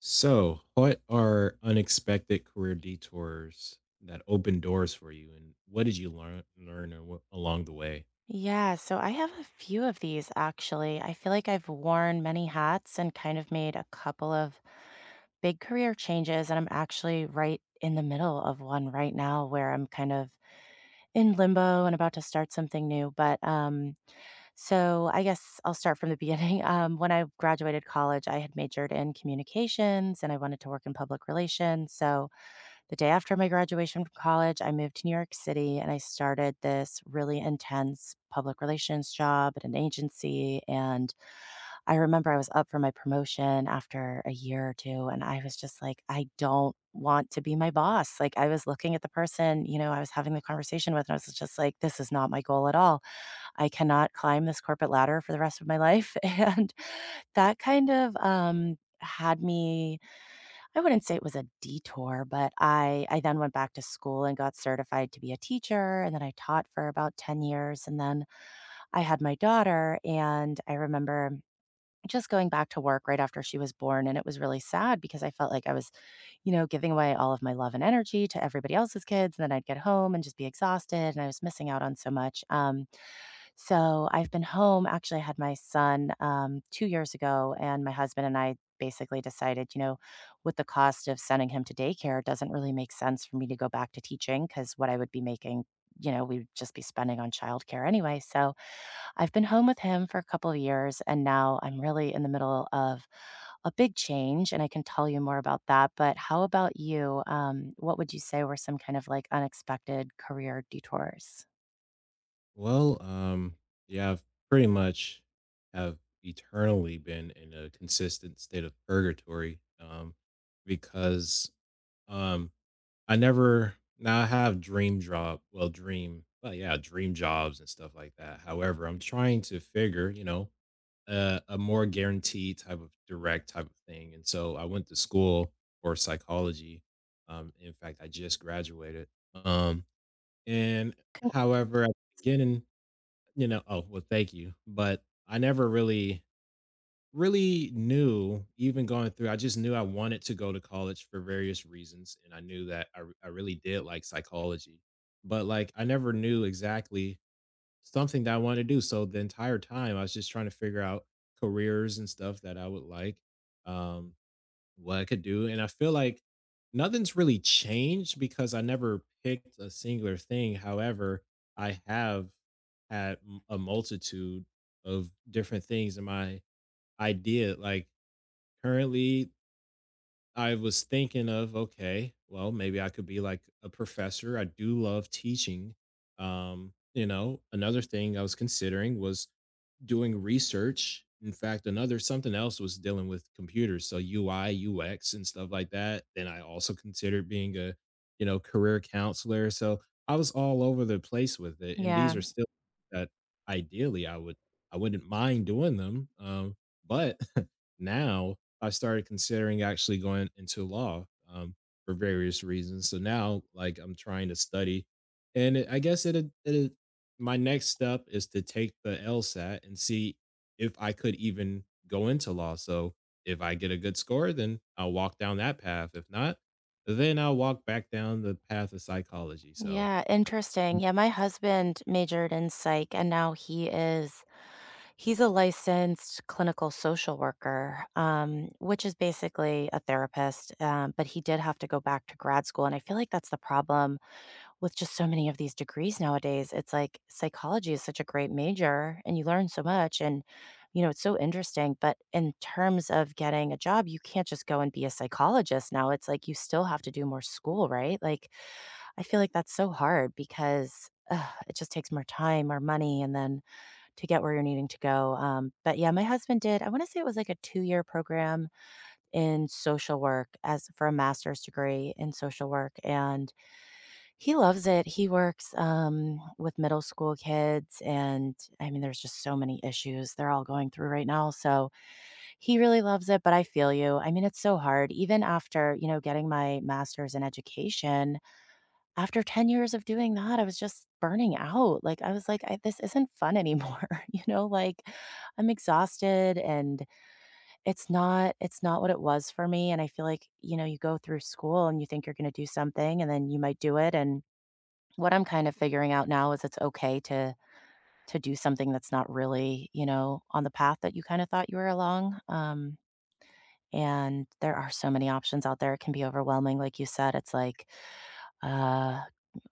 So, what are unexpected career detours that open doors for you, and what did you learn along the way? Yeah, so I have a few of these actually. I feel like I've worn many hats and kind of made a couple of big career changes. And I'm actually right in the middle of one right now where I'm kind of in limbo and about to start something new. But so I guess I'll start from the beginning. When I graduated college, I had majored in communications and I wanted to work in public relations. So the day after my graduation from college, I moved to New York City and I started this really intense public relations job at an agency. And I remember I was up for my promotion after a year or two, and I was just like, I don't want to be my boss. Like, I was looking at the person, you know, I was having the conversation with, and I was just like, this is not my goal at all. I cannot climb this corporate ladder for the rest of my life. And that kind of, had me. I wouldn't say it was a detour, but I then went back to school and got certified to be a teacher, and then I taught for about 10 years, and then I had my daughter, and I remember just going back to work right after she was born, and it was really sad because I felt like I was, you know, giving away all of my love and energy to everybody else's kids, and then I'd get home and just be exhausted, and I was missing out on so much. So I've been home. Actually, I had my son 2 years ago, and my husband and I basically decided, you know, with the cost of sending him to daycare, it doesn't really make sense for me to go back to teaching because what I would be making, you know, we'd just be spending on childcare anyway. So I've been home with him for a couple of years, and now I'm really in the middle of a big change, and I can tell you more about that. But how about you? What would you say were some kind of like unexpected career detours? Well, yeah, I've pretty much have eternally been in a consistent state of purgatory, because um, I never now I have dream job, well, dream, well, yeah, dream jobs and stuff like that. However, I'm trying to figure, a more guaranteed type of direct type of thing. And so I went to school for psychology. In fact, I just graduated. Um, and however, at the beginning. Oh, well, thank you. But I never really, really knew, even going through, I just knew I wanted to go to college for various reasons. And I knew that I really did like psychology. But like, I never knew exactly something that I wanted to do. So the entire time I was just trying to figure out careers and stuff that I would like, um, what I could do. And I feel like nothing's really changed because I never picked a singular thing. However, I have had a multitude of different things in my idea. Like currently, I was thinking of, okay, well, maybe I could be like a professor. I do love teaching. Another thing I was considering was doing research. In fact, another something else was dealing with computers, so UI, UX, and stuff like that. Then I also considered being a career counselor. So I was all over the place with it, and these Yeah, are still that ideally I wouldn't mind doing them, but now I started considering actually going into law um, for various reasons. So now, like, I'm trying to study, and I guess it my next step is to take the LSAT and see if I could even go into law. So if I get a good score, then I'll walk down that path. If not, then I'll walk back down the path of psychology. So. Yeah, interesting. Yeah, my husband majored in psych and now he's a licensed clinical social worker, which is basically a therapist. But he did have to go back to grad school. And I feel like that's the problem with just so many of these degrees nowadays. It's like psychology is such a great major and you learn so much and you know, it's so interesting. But in terms of getting a job, you can't just go and be a psychologist now. It's like you still have to do more school, right? Like I feel like that's so hard because ugh, it just takes more time more money and then to get where you're needing to go. But yeah, my husband did, I want to say it was like a 2 year program in social work as for a master's degree in social work. And he loves it. He works with middle school kids. And I mean, there's just so many issues they're all going through right now. So he really loves it. But I feel you. I mean, it's so hard. Even after, you know, getting my master's in education, after 10 years of doing that, I was just burning out. Like, I was like, I, this isn't fun anymore. You know, like I'm exhausted and it's not what it was for me. And I feel like, you know, you go through school and you think you're going to do something and then you might do it. And what I'm kind of figuring out now is it's okay to do something that's not really, you know, on the path that you kind of thought you were along. And there are so many options out there. It can be overwhelming. Like you said, it's like, uh,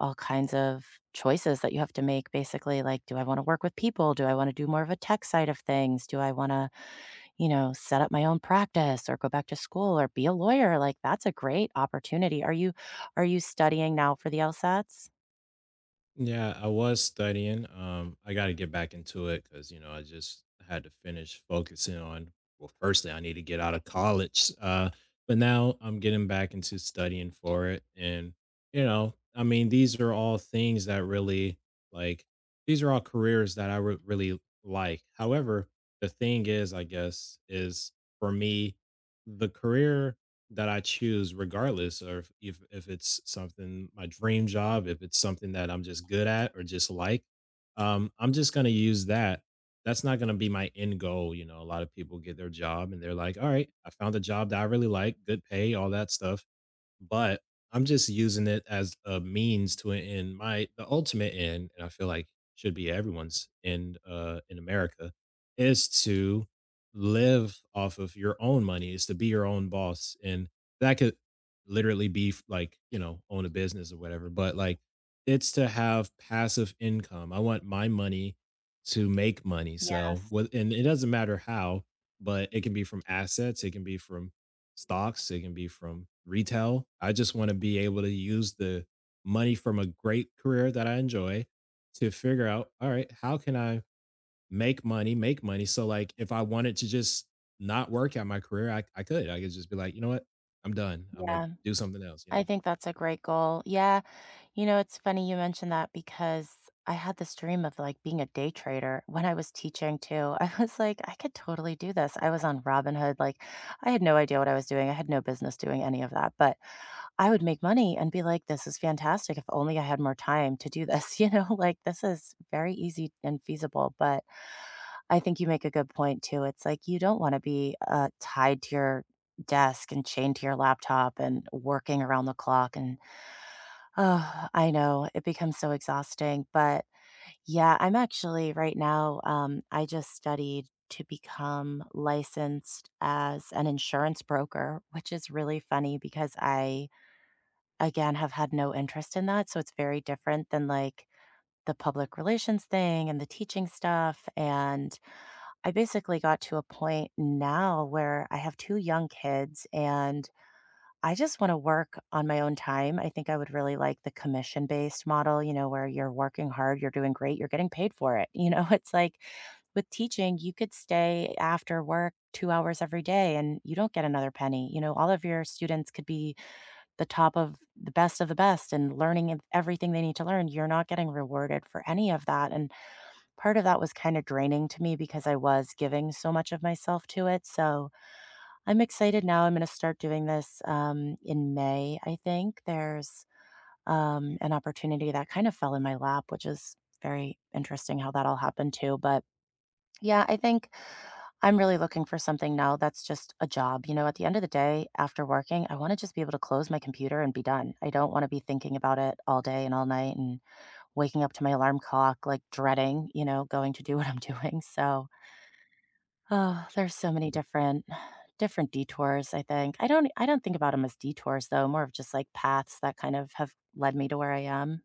all kinds of choices that you have to make. Basically, like, do I want to work with people? Do I want to do more of a tech side of things? Do I want to, you know, set up my own practice, or go back to school, or be a lawyer? Like, that's a great opportunity. Are you studying now for the LSATs? Yeah, I was studying. I got to get back into it because I just had to finish focusing on. Well, firstly, I need to get out of college. But now I'm getting back into studying for it, and I mean, these are all things that really like. These are all careers that I would really like. However, the thing is, I guess, is for me, the career that I choose regardless or if it's something my dream job, if it's something that I'm just good at or just like, I'm just gonna use that. That's not gonna be my end goal. A lot of people get their job and they're like, all right, I found a job that I really like, good pay, all that stuff. But I'm just using it as a means to an end. My the ultimate end, and I feel like should be everyone's end, in America, is to live off of your own money, is to be your own boss, and that could literally be like own a business or whatever. But like it's to have passive income. I want my money to make money. So Yes. what, and it doesn't matter how, but it can be from assets, it can be from stocks, it can be from retail. I just want to be able to use the money from a great career that I enjoy to figure out, all right, how can I make money, make money? So, like, if I wanted to just not work at my career, I could. I could just be like, you know what? I'm done. I'm going to Yeah, do something else, you I know? think that's a great goal. Yeah, you know, it's funny you mentioned that because I had this dream of like being a day trader when I was teaching too. I was like, I could totally do this. I was on Robinhood. Like, I had no idea what I was doing. I had no business doing any of that, but I would make money and be like, this is fantastic. If only I had more time to do this, you know, like this is very easy and feasible. But I think you make a good point too. It's like you don't want to be tied to your desk and chained to your laptop and working around the clock and. Oh, I know. It becomes so exhausting. But yeah, I'm actually right now, I just studied to become licensed as an insurance broker, which is really funny because I, again, have had no interest in that. So it's very different than like the public relations thing and the teaching stuff. And I basically got to a point now where I have two young kids and I just want to work on my own time. I think I would really like the commission based model, you know, where you're working hard, you're doing great, you're getting paid for it. You know, it's like with teaching, you could stay after work 2 hours every day and you don't get another penny. You know, all of your students could be the top of the best and learning everything they need to learn. You're not getting rewarded for any of that. And part of that was kind of draining to me because I was giving so much of myself to it. So, I'm excited now. I'm gonna start doing this, in May, I think. There's an opportunity that kind of fell in my lap, which is very interesting how that all happened too, but, yeah, I think I'm really looking for something now that's just a job, you know, at the end of the day, after working, I wanna just be able to close my computer and be done. I don't wanna be thinking about it all day and all night and waking up to my alarm clock, like, dreading, you know, going to do what I'm doing, so. Oh, there's so many different detours, I think. I don't think about them as detours, though, more of just, like, paths that kind of have led me to where I am.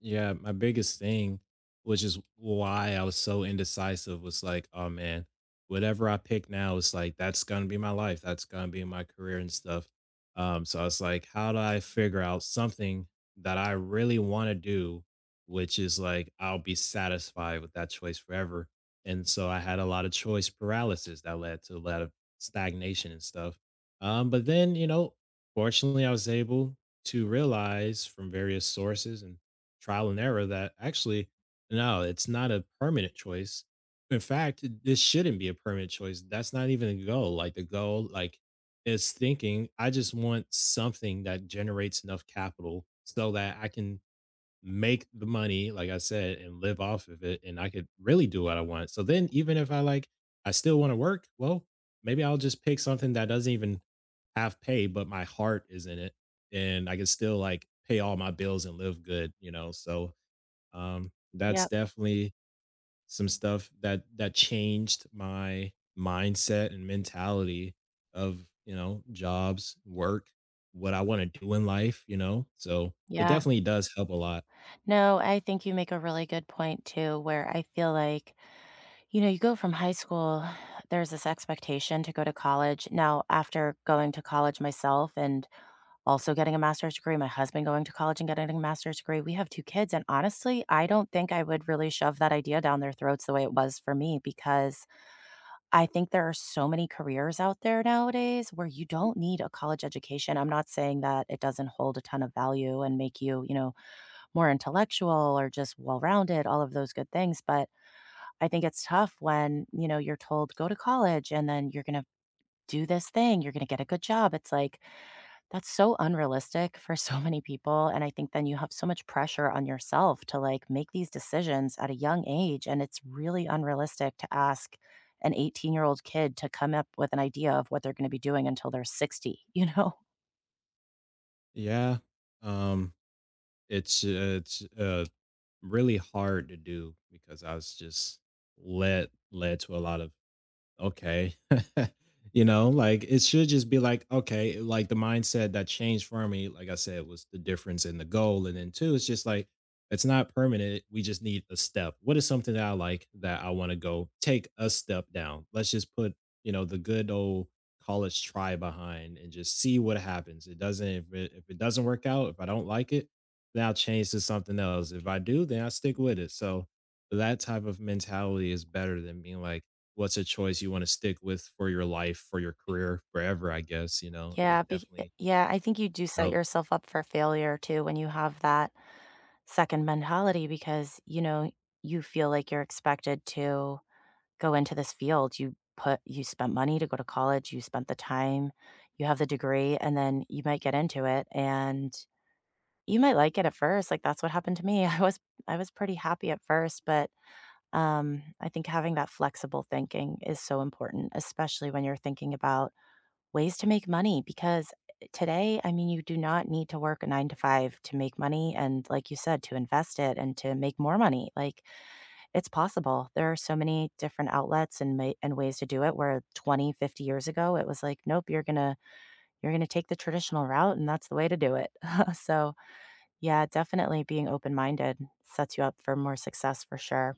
Yeah, my biggest thing, which is why I was so indecisive, was like, oh man, whatever I pick now is like that's gonna be my life, that's gonna be my career and stuff. So I was like, how do I figure out something that I really want to do, which is like I'll be satisfied with that choice forever. And so I had a lot of choice paralysis that led to a lot of stagnation and stuff. But then fortunately, I was able to realize from various sources and trial and error that actually, no, it's not a permanent choice. In fact, this shouldn't be a permanent choice. That's not even a goal. Like the goal, like is thinking, I just want something that generates enough capital so that I can make the money, like I said, and live off of it. And I could really do what I want. So then even if I still want to work, well, maybe I'll just pick something that doesn't even have pay, but my heart is in it and I can still like pay all my bills and live good, you know. So that's Yep. definitely some stuff that changed my mindset and mentality of, jobs, work, what I want to do in life, you know? So, it Yeah. definitely does help a lot. No, I think you make a really good point too, where I feel like, you know, you go from high school, there's this expectation to go to college. Now, after going to college myself and also getting a master's degree, my husband going to college and getting a master's degree, we have 2 kids, and honestly, I don't think I would really shove that idea down their throats the way it was for me because I think there are so many careers out there nowadays where you don't need a college education. I'm not saying that it doesn't hold a ton of value and make you, you know, more intellectual or just well-rounded, all of those good things, but I think it's tough when, you know, you're told, "Go to college, and then you're gonna do this thing, you're gonna get a good job." It's like, that's so unrealistic for so many people, and I think then you have so much pressure on yourself to, like, make these decisions at a young age, and it's really unrealistic to ask an 18-year-old kid to come up with an idea of what they're gonna be doing until they're 60, you know? Yeah. Um, it's really hard to do because I was just led to a lot of. Okay. Like, it should just be like, okay, like, the mindset that changed for me, like I said, was the difference in the goal, and then two, it's just like, it's not permanent, we just need a step. What is something that I like that I wanna go take a step down? Let's just put, the good old college try behind and just see what happens. It doesn't if it doesn't work out, if I don't like it, then I'll change to something else. If I do, then I stick with it, so that type of mentality is better than being like what's a choice you wanna stick with for your life, for your career, forever, I guess, and Yeah, it be eh definitely yeah, I think you do set helped. yourself up for failure too when you have that second mentality because, you know, you feel like you're expected to go into this field. You spent money to go to college, you spent the time, you have the degree, and then you might get into it and you might like it at first. Like that's what happened to me. I was pretty happy at first, but I think having that flexible thinking is so important, especially when you're thinking about ways to make money. Because today, I mean, you do not need to work a nine to five to make money. And like you said, to invest it and to make more money. Like it's possible. There are so many different outlets and ma and ways to do it where 20, 50 years ago, it was like, "Nope, you're gonna take the traditional route, and that's the way to do it." So, yeah, definitely being open-minded sets you up for more success for sure.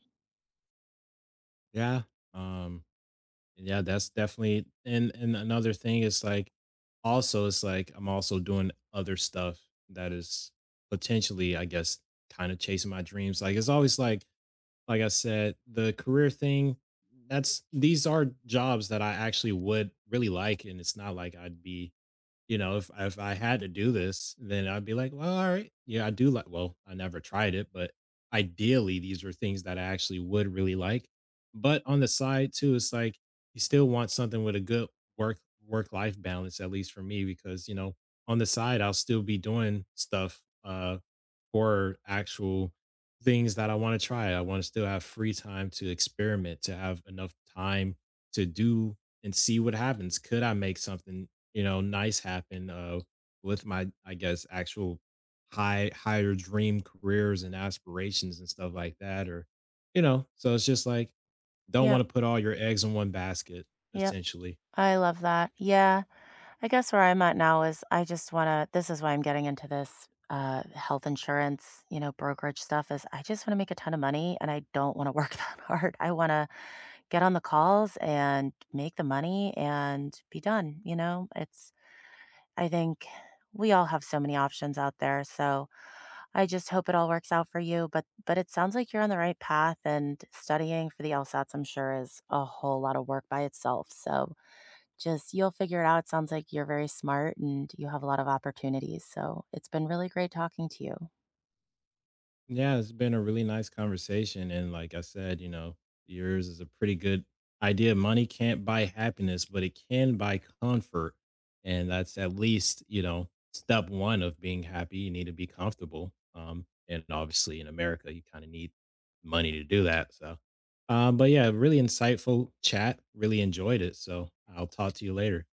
Yeah, um, and yeah, that's definitely and another thing is, like, also, it's like I'm also doing other stuff that is potentially, I guess, kinda chasing my dreams, like, it's always like I said, the career thing, that's these are jobs that I actually would really like, and it's not like I'd be. If I had to do this, then I'd be like, "Well, all right. Yeah, I do like" well, I never tried it, but ideally these are things that I actually would really like. But on the side too, it's like you still want something with a good work work life balance, at least for me, because on the side I'll still be doing stuff or actual things that I want to try. I want to still have free time to experiment, to have enough time to do and see what happens. Could I make something, nice happen, with my, I guess, actual higher dream careers and aspirations and stuff like that? Or, so it's just like, don't Yep, want to put all your eggs in one basket, yep. essentially. I love that. Yeah. I guess where I'm at now is I just wanna this is why I'm getting into this, health insurance, you know, brokerage stuff is I just wanna make a ton of money, and I don't wanna work that hard. I wanna get on the calls and make the money and be done, you know? It's I think we all have so many options out there, so I just hope it all works out for you, but it sounds like you're on the right path and studying for the LSATs, I'm sure is a whole lot of work by itself. So just you'll figure it out. It sounds like you're very smart and you have a lot of opportunities. So it's been really great talking to you. Yeah, it's been a really nice conversation. And like I said, yours is a pretty good idea. Money can't buy happiness, but it can buy comfort. And that's at least, step one of being happy. You need to be comfortable. And obviously in America, you kind of need money to do that. So, but yeah, really insightful chat. Really enjoyed it. So I'll talk to you later.